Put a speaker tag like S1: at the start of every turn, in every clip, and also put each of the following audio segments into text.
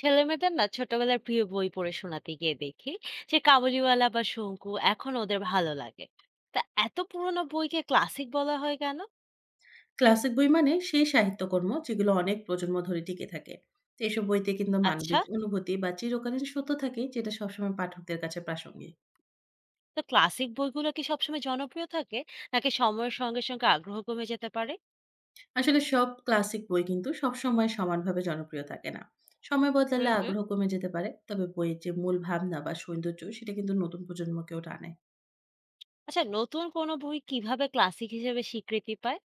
S1: ছেলেমেয়েদের না ছোটবেলার প্রিয় বই পড়ে শোনাতে গিয়ে দেখি যে কাবুলিওয়ালা বা শঙ্কু এখন ওদের ভালো লাগে। তা এত পুরোনো বইকে ক্লাসিক বলা হয় কেন?
S2: ক্লাসিক বই মানে সেই সাহিত্যকর্ম যেগুলো অনেক প্রজন্ম ধরে টিকে থাকে। তো এসব বইতে কিন্তু
S1: আচ্ছা,
S2: মানবিক অনুভূতি বা চিরকালীন সত্য থাকে, যেটা সবসময় পাঠকদের কাছে প্রাসঙ্গিক।
S1: তো ক্লাসিক বইগুলো কি সবসময় জনপ্রিয় থাকে, নাকি সময়ের সঙ্গে সঙ্গে আগ্রহ কমে যেতে পারে?
S2: আসলে সব ক্লাসিক বই কিন্তু সবসময় সমানভাবে জনপ্রিয় থাকে না। সময় বদলালে
S1: হুম হুম।
S2: আগ্রহ কমে যেতে পারে। তবে বইয়ের যে মূল ভাবনা বা সৌন্দর্য, সেটা কিন্তু নতুন প্রজন্মকেও টানে।
S1: আচ্ছা, নতুন কোনো বই কিভাবে ক্লাসিক হিসেবে স্বীকৃতি পায়?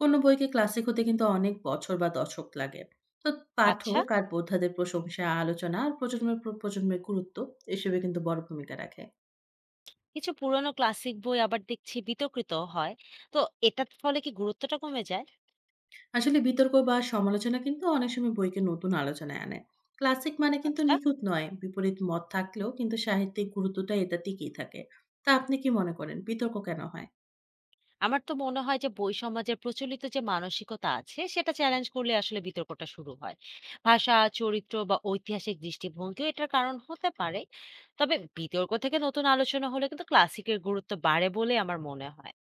S2: কোনো বইকে ক্লাসিক হতে কিন্তু অনেক বছর বা দশক লাগে। তো
S1: আচ্ছা।
S2: পাঠক আর বোদ্ধাদের প্রশংসা, আলোচনা আর প্রজন্মের পর প্রজন্মের গুরুত্ব এসবে কিন্তু বড় ভূমিকা রাখে।
S1: কিছু পুরনো ক্লাসিক বই আবার দেখছি বিতর্কিত হয়, তো এটার ফলে কি গুরুত্বটা কমে যায়?
S2: আসলে বিতর্ক বা সমালোচনা কিন্তু অনেক সময় বইকে নতুন আলোচনায় আনে। ক্লাসিক মানে কিন্তু
S1: আচ্ছা।
S2: নিখুঁত নয়, বিপরীত মত থাকলেও কিন্তু সাহিত্যিক গুরুত্বটা এটা টিকেই থাকে। তা আপনি কি মনে করেন বিতর্ক কেন হয়?
S1: আমার তো মনে হয় যে বই সমাজের প্রচলিত যে মানসিকতা আছে সেটা চ্যালেঞ্জ করলে আসলে বিতর্কটা শুরু হয়। ভাষা, চরিত্র বা ঐতিহাসিক দৃষ্টিভঙ্গিও এটার কারণ হতে পারে। তবে বিতর্ক থেকে নতুন আলোচনা হলে কিন্তু ক্লাসিকের গুরুত্ব বাড়ে বলে আমার মনে হয়।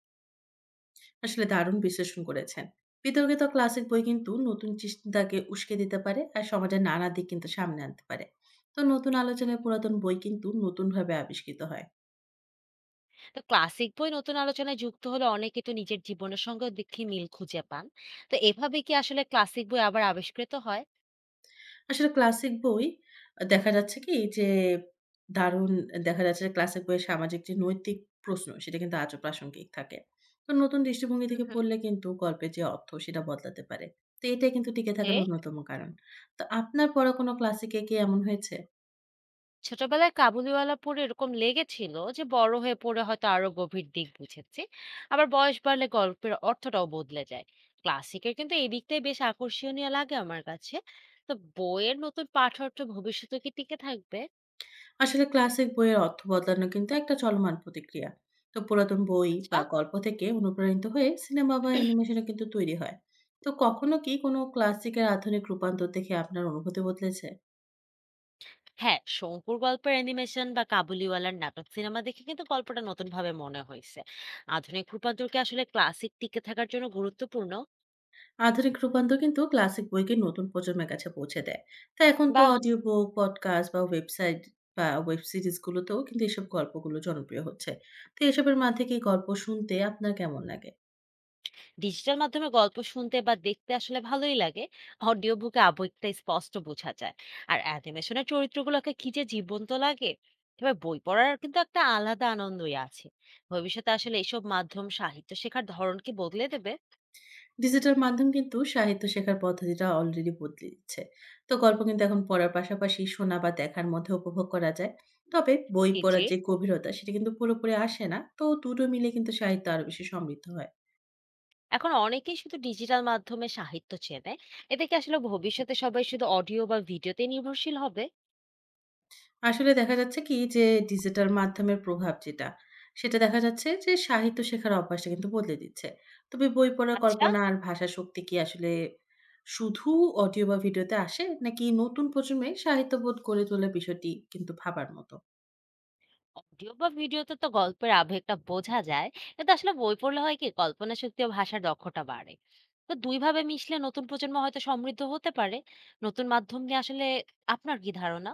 S2: আসলে দারুণ বিশ্লেষণ করেছেন। বিতর্কিত ক্লাসিক বই কিন্তু নতুন চিন্তাকে উস্কে দিতে পারে আর সমাজের নানা দিক কিন্তু সামনে আনতে পারে। তো নতুন আলোচনায় পুরাতন বই কিন্তু নতুনভাবে আবিষ্কৃত হয়।
S1: তো ক্লাসিক বই নতুন আলোচনায় যুক্ত হলে অনেকে তো নিজের জীবনের সঙ্গে দেখি মিল খুঁজে পান, তো এভাবে কি আসলে ক্লাসিক বই আবার আবিষ্কৃত হয়?
S2: আসলে ক্লাসিক বই দেখা যাচ্ছে কি যে দারুণ দেখা যাচ্ছে যে ক্লাসিক বইয়ের সামাজিক যে নৈতিক প্রশ্ন, সেটা কিন্তু আজও প্রাসঙ্গিক থাকে। তো নতুন দৃষ্টিভঙ্গি থেকে
S1: হুম
S2: পড়লে কিন্তু গল্পের যে অর্থ, সেটা বদলাতে পারে। তো এটাই কিন্তু টিকে থাকার
S1: হুম।
S2: অন্যতম কারণ। তো আপনার পড়া কোনো ক্লাসিকে কি এমন হয়েছে?
S1: ছোটবেলায় কাবুলিওয়ালা পড়ে এরকম লেগেছিল যে বড় হয়ে পড়ে হয়তো আরো গভীর দিক বুঝেছি। আবার বয়স বাড়লে গল্পের অর্থটাও বদলে যায়। ক্লাসিকের কিন্তু এই দিকটাই বেশ আকর্ষণীয় লাগে আমার কাছে। তো বইয়ের নতুন পাঠ্যর্থ ভবিষ্যতে কি টিকে থাকবে?
S2: আসলে ক্লাসিক বইয়ের অর্থ বদলানো কিন্তু একটা চলমান প্রতিক্রিয়া। তো পুরাতন বই বা
S1: আচ্ছা।
S2: গল্প থেকে অনুপ্রাণিত হয়ে সিনেমা বা অ্যানিমেশনও কিন্তু তৈরি হয়। তো কখনো কি কোনো ক্লাসিকের আধুনিক রূপান্তর দেখে আপনার অনুভূতি বদলেছে?
S1: হ্যাঁ, শঙ্কুর গল্পের অ্যানিমেশন বা কাবুলিওয়ালার নাটক সিনেমা দেখে কিন্তু গল্পটা নতুন ভাবে মনে হয়েছে। আধুনিক রূপান্তর কি আসলে ক্লাসিক টিকে থাকার জন্য গুরুত্বপূর্ণ?
S2: আধুনিক রূপান্তর কিন্তু ক্লাসিক বইকে নতুন প্রজন্মের কাছে পৌঁছে দেয়। তা এখন তো অডিও বুক, পডকাস্ট বা ওয়েবসাইট বা ওয়েব সিরিজগুলোতেও কিন্তু এসব গল্পগুলো জনপ্রিয় হচ্ছে। তো এসবের মধ্যে কি গল্প শুনতে আপনার কেমন লাগে?
S1: ডিজিটাল মাধ্যমে গল্প শুনতে বা দেখতে আসলে ভালোই লাগে। অডিও বুকে আবেগটা স্পষ্ট বোঝা যায়। আর অ্যানিমেশনের চরিত্রগুলোকে কি যে জীবন্ত লাগে! এবার বই পড়ার কিন্তু একটা আলাদা আনন্দই আছে। ভবিষ্যতে আসলে এসব মাধ্যম সাহিত্য শেখার ধরনকে বদলে দেবে।
S2: ডিজিটাল মাধ্যম কিন্তু সাহিত্য শেখার পদ্ধতিটা অলরেডি বদলে দিচ্ছে। তো গল্প কিন্তু এখন পড়ার পাশাপাশি শোনা বা দেখার মধ্যে উপভোগ করা যায়। তবে বই
S1: জি
S2: পড়ার
S1: জি।
S2: যে গভীরতা, সেটা কিন্তু পুরোপুরি আসে না। তো দুটো মিলে কিন্তু সাহিত্য আরো বেশি সমৃদ্ধ হয়।
S1: এখন অনেকেই শুধু ডিজিটাল মাধ্যমে সাহিত্য চেনে। এতে কি আসলে ভবিষ্যতে সবাই শুধু অডিও বা ভিডিওতে নির্ভরশীল হবে?
S2: আসলে দেখা যাচ্ছে কি যে ডিজিটাল মাধ্যমের প্রভাব যেটা, সেটা দেখা যাচ্ছে যে সাহিত্য শেখার অভ্যাসটা কিন্তু বদলে দিচ্ছে। তবে বই পড়ার
S1: আচ্ছা।
S2: কল্পনা আর ভাষা শক্তি কি আসলে শুধু অডিও বা ভিডিওতে আসে? নাকি নতুন প্রজন্মে সাহিত্যবোধ গড়ে তোলার বিষয়টি কিন্তু ভাবার মতো।
S1: অডিও বা ভিডিওতে তো গল্পের আবেগটা বোঝা যায়, কিন্তু আসলে বই পড়লে হয় কি কল্পনা শক্তি ও ভাষার দক্ষতা বাড়ে। তো দুই ভাবে মিশলে নতুন প্রজন্ম হয়তো সমৃদ্ধ হতে পারে। নতুন মাধ্যম নিয়ে আসলে আপনার কি ধারণা?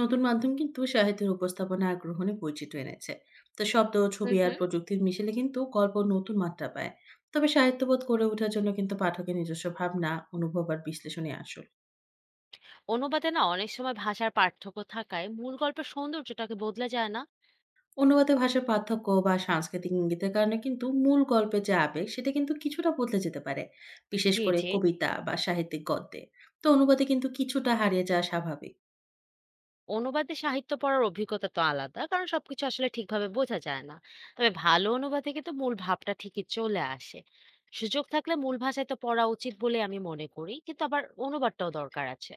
S2: নতুন মাধ্যম কিন্তু সাহিত্যের উপস্থাপনা আর গ্রহণে বৈচিত্র্য এনেছে। তো শব্দ, ছবি
S1: হুম
S2: আর
S1: হুম।
S2: প্রযুক্তির মিশেলে কিন্তু গল্প নতুন মাত্রা পায়। তবে সাহিত্যবোধ গড়ে ওঠার জন্য কিন্তু পাঠকের নিজস্ব ভাবনা, অনুভব আর বিশ্লেষণই আসল।
S1: অনুবাদে না অনেক সময় ভাষার পার্থক্য থাকায় মূল গল্পের সৌন্দর্যটাকে বদলে যায় না?
S2: অনুবাদে ভাষার পার্থক্য বা সাংস্কৃতিক ইঙ্গিতের কারণে কিন্তু মূল গল্পের যে আবেগ, সেটা কিন্তু কিছুটা বদলে যেতে পারে, বিশেষ
S1: জি
S2: করে
S1: জি।
S2: কবিতা বা সাহিত্যিক গদ্যে। তো অনুবাদে কিন্তু কিছুটা হারিয়ে যাওয়া স্বাভাবিক।
S1: অনুবাদে সাহিত্য পড়ার অভিজ্ঞতা তো আলাদা, কারণ সবকিছু আসলে ঠিকভাবে বোঝা যায় না। তবে ভালো অনুবাদে কিন্তু মূল ভাবটা ঠিকই চলে আসে। সুযোগ থাকলে মূল ভাষায় তো পড়া উচিত বলে আমি মনে করি, কিন্তু আবার অনুবাদটাও দরকার আছে।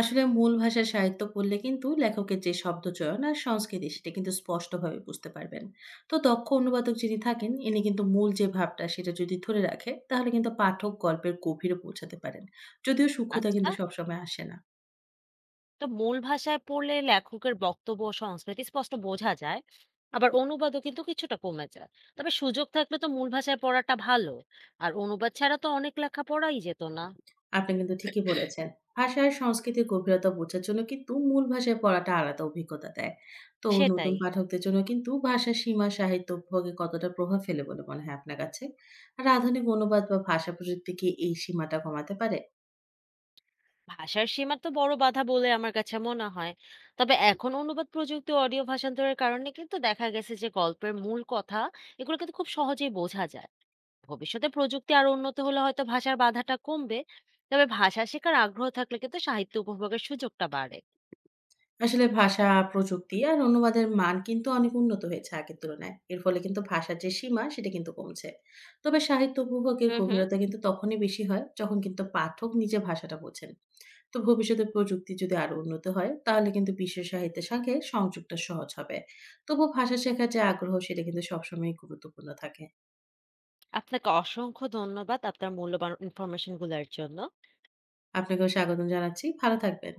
S2: আসলে মূল ভাষার সাহিত্য পড়লে কিন্তু লেখকের যে শব্দচয়ন আর সংস্কৃতি, সেটা কিন্তু স্পষ্টভাবে বুঝতে পারবেন। তো দক্ষ অনুবাদক যিনি থাকেন, ইনি কিন্তু মূল যে ভাবটা সেটা যদি ধরে রাখে, তাহলে কিন্তু পাঠক গল্পের গভীরে পৌঁছাতে পারেন, যদিও সূক্ষ্মতা কিন্তু
S1: আচ্ছা,
S2: সবসময় আসে না।
S1: তো মূল ভাষায় পড়লে লেখকের বক্তব্য ও সংস্কৃতি স্পষ্ট বোঝা যায়। আবার অনুবাদও কিন্তু কিছুটা কমে যায়। তবে সুযোগ থাকলে তো মূল ভাষায় পড়াটা ভালো। আর অনুবাদ ছাড়া তো অনেক লেখা পড়াই যেত না।
S2: আপনি কিন্তু ঠিকই বলেছেন। ভাষা আর সংস্কৃতির গভীরতা বোঝার জন্য কিন্তু মূল ভাষায় পড়াটা আলাদা অভিজ্ঞতা দেয়। তো নতুন
S1: সেটাই।
S2: পাঠকদের জন্য কিন্তু ভাষার সীমা সাহিত্য উপভোগে কতটা প্রভাব ফেলে বলে মনে হয় আপনার কাছে? আর আধুনিক অনুবাদ বা ভাষা প্রযুক্তি কি এই সীমাটা কমাতে পারে?
S1: ভাষার সীমা তো বড় বাধা বলে আমার কাছে মনে হয়। তবে এখন অনুবাদ প্রযুক্তি, অডিও ভাষান্তরের কারণে কিন্তু দেখা গেছে যে গল্পের মূল কথা এগুলো কিন্তু খুব সহজেই বোঝা যায়। ভবিষ্যতে প্রযুক্তি আরো উন্নত হলে হয়তো ভাষার বাধাটা কমবে। তবে ভাষা শেখার আগ্রহ থাকলে কিন্তু সাহিত্য উপভোগের সুযোগটা বাড়ে।
S2: আসলে ভাষা, প্রযুক্তি আর অনুবাদের মান কিন্তু অনেক উন্নত হয়েছে আগের তুলনায়। এর ফলে কিন্তু ভাষার যে সীমা, সেটা কিন্তু কমছে। তবে সাহিত্য উপভোগের
S1: হুম হুম।
S2: গভীরতা কিন্তু তখনই বেশি হয় যখন কিন্তু পাঠক নিজে ভাষাটা বোঝেন। তো ভবিষ্যতে প্রযুক্তি যদি আরো উন্নত হয়, তাহলে কিন্তু বিশ্ব সাহিত্যের সঙ্গে সংযোগটা সহজ হবে। তবু ভাষা শেখার যে আগ্রহ, সেটা কিন্তু সবসময় গুরুত্বপূর্ণ থাকে।
S1: আপনাকে অসংখ্য ধন্যবাদ আপনার মূল্যবান ইনফরমেশন গুলোর জন্য।
S2: আপনাকেও স্বাগতম জানাচ্ছি। ভালো থাকবেন।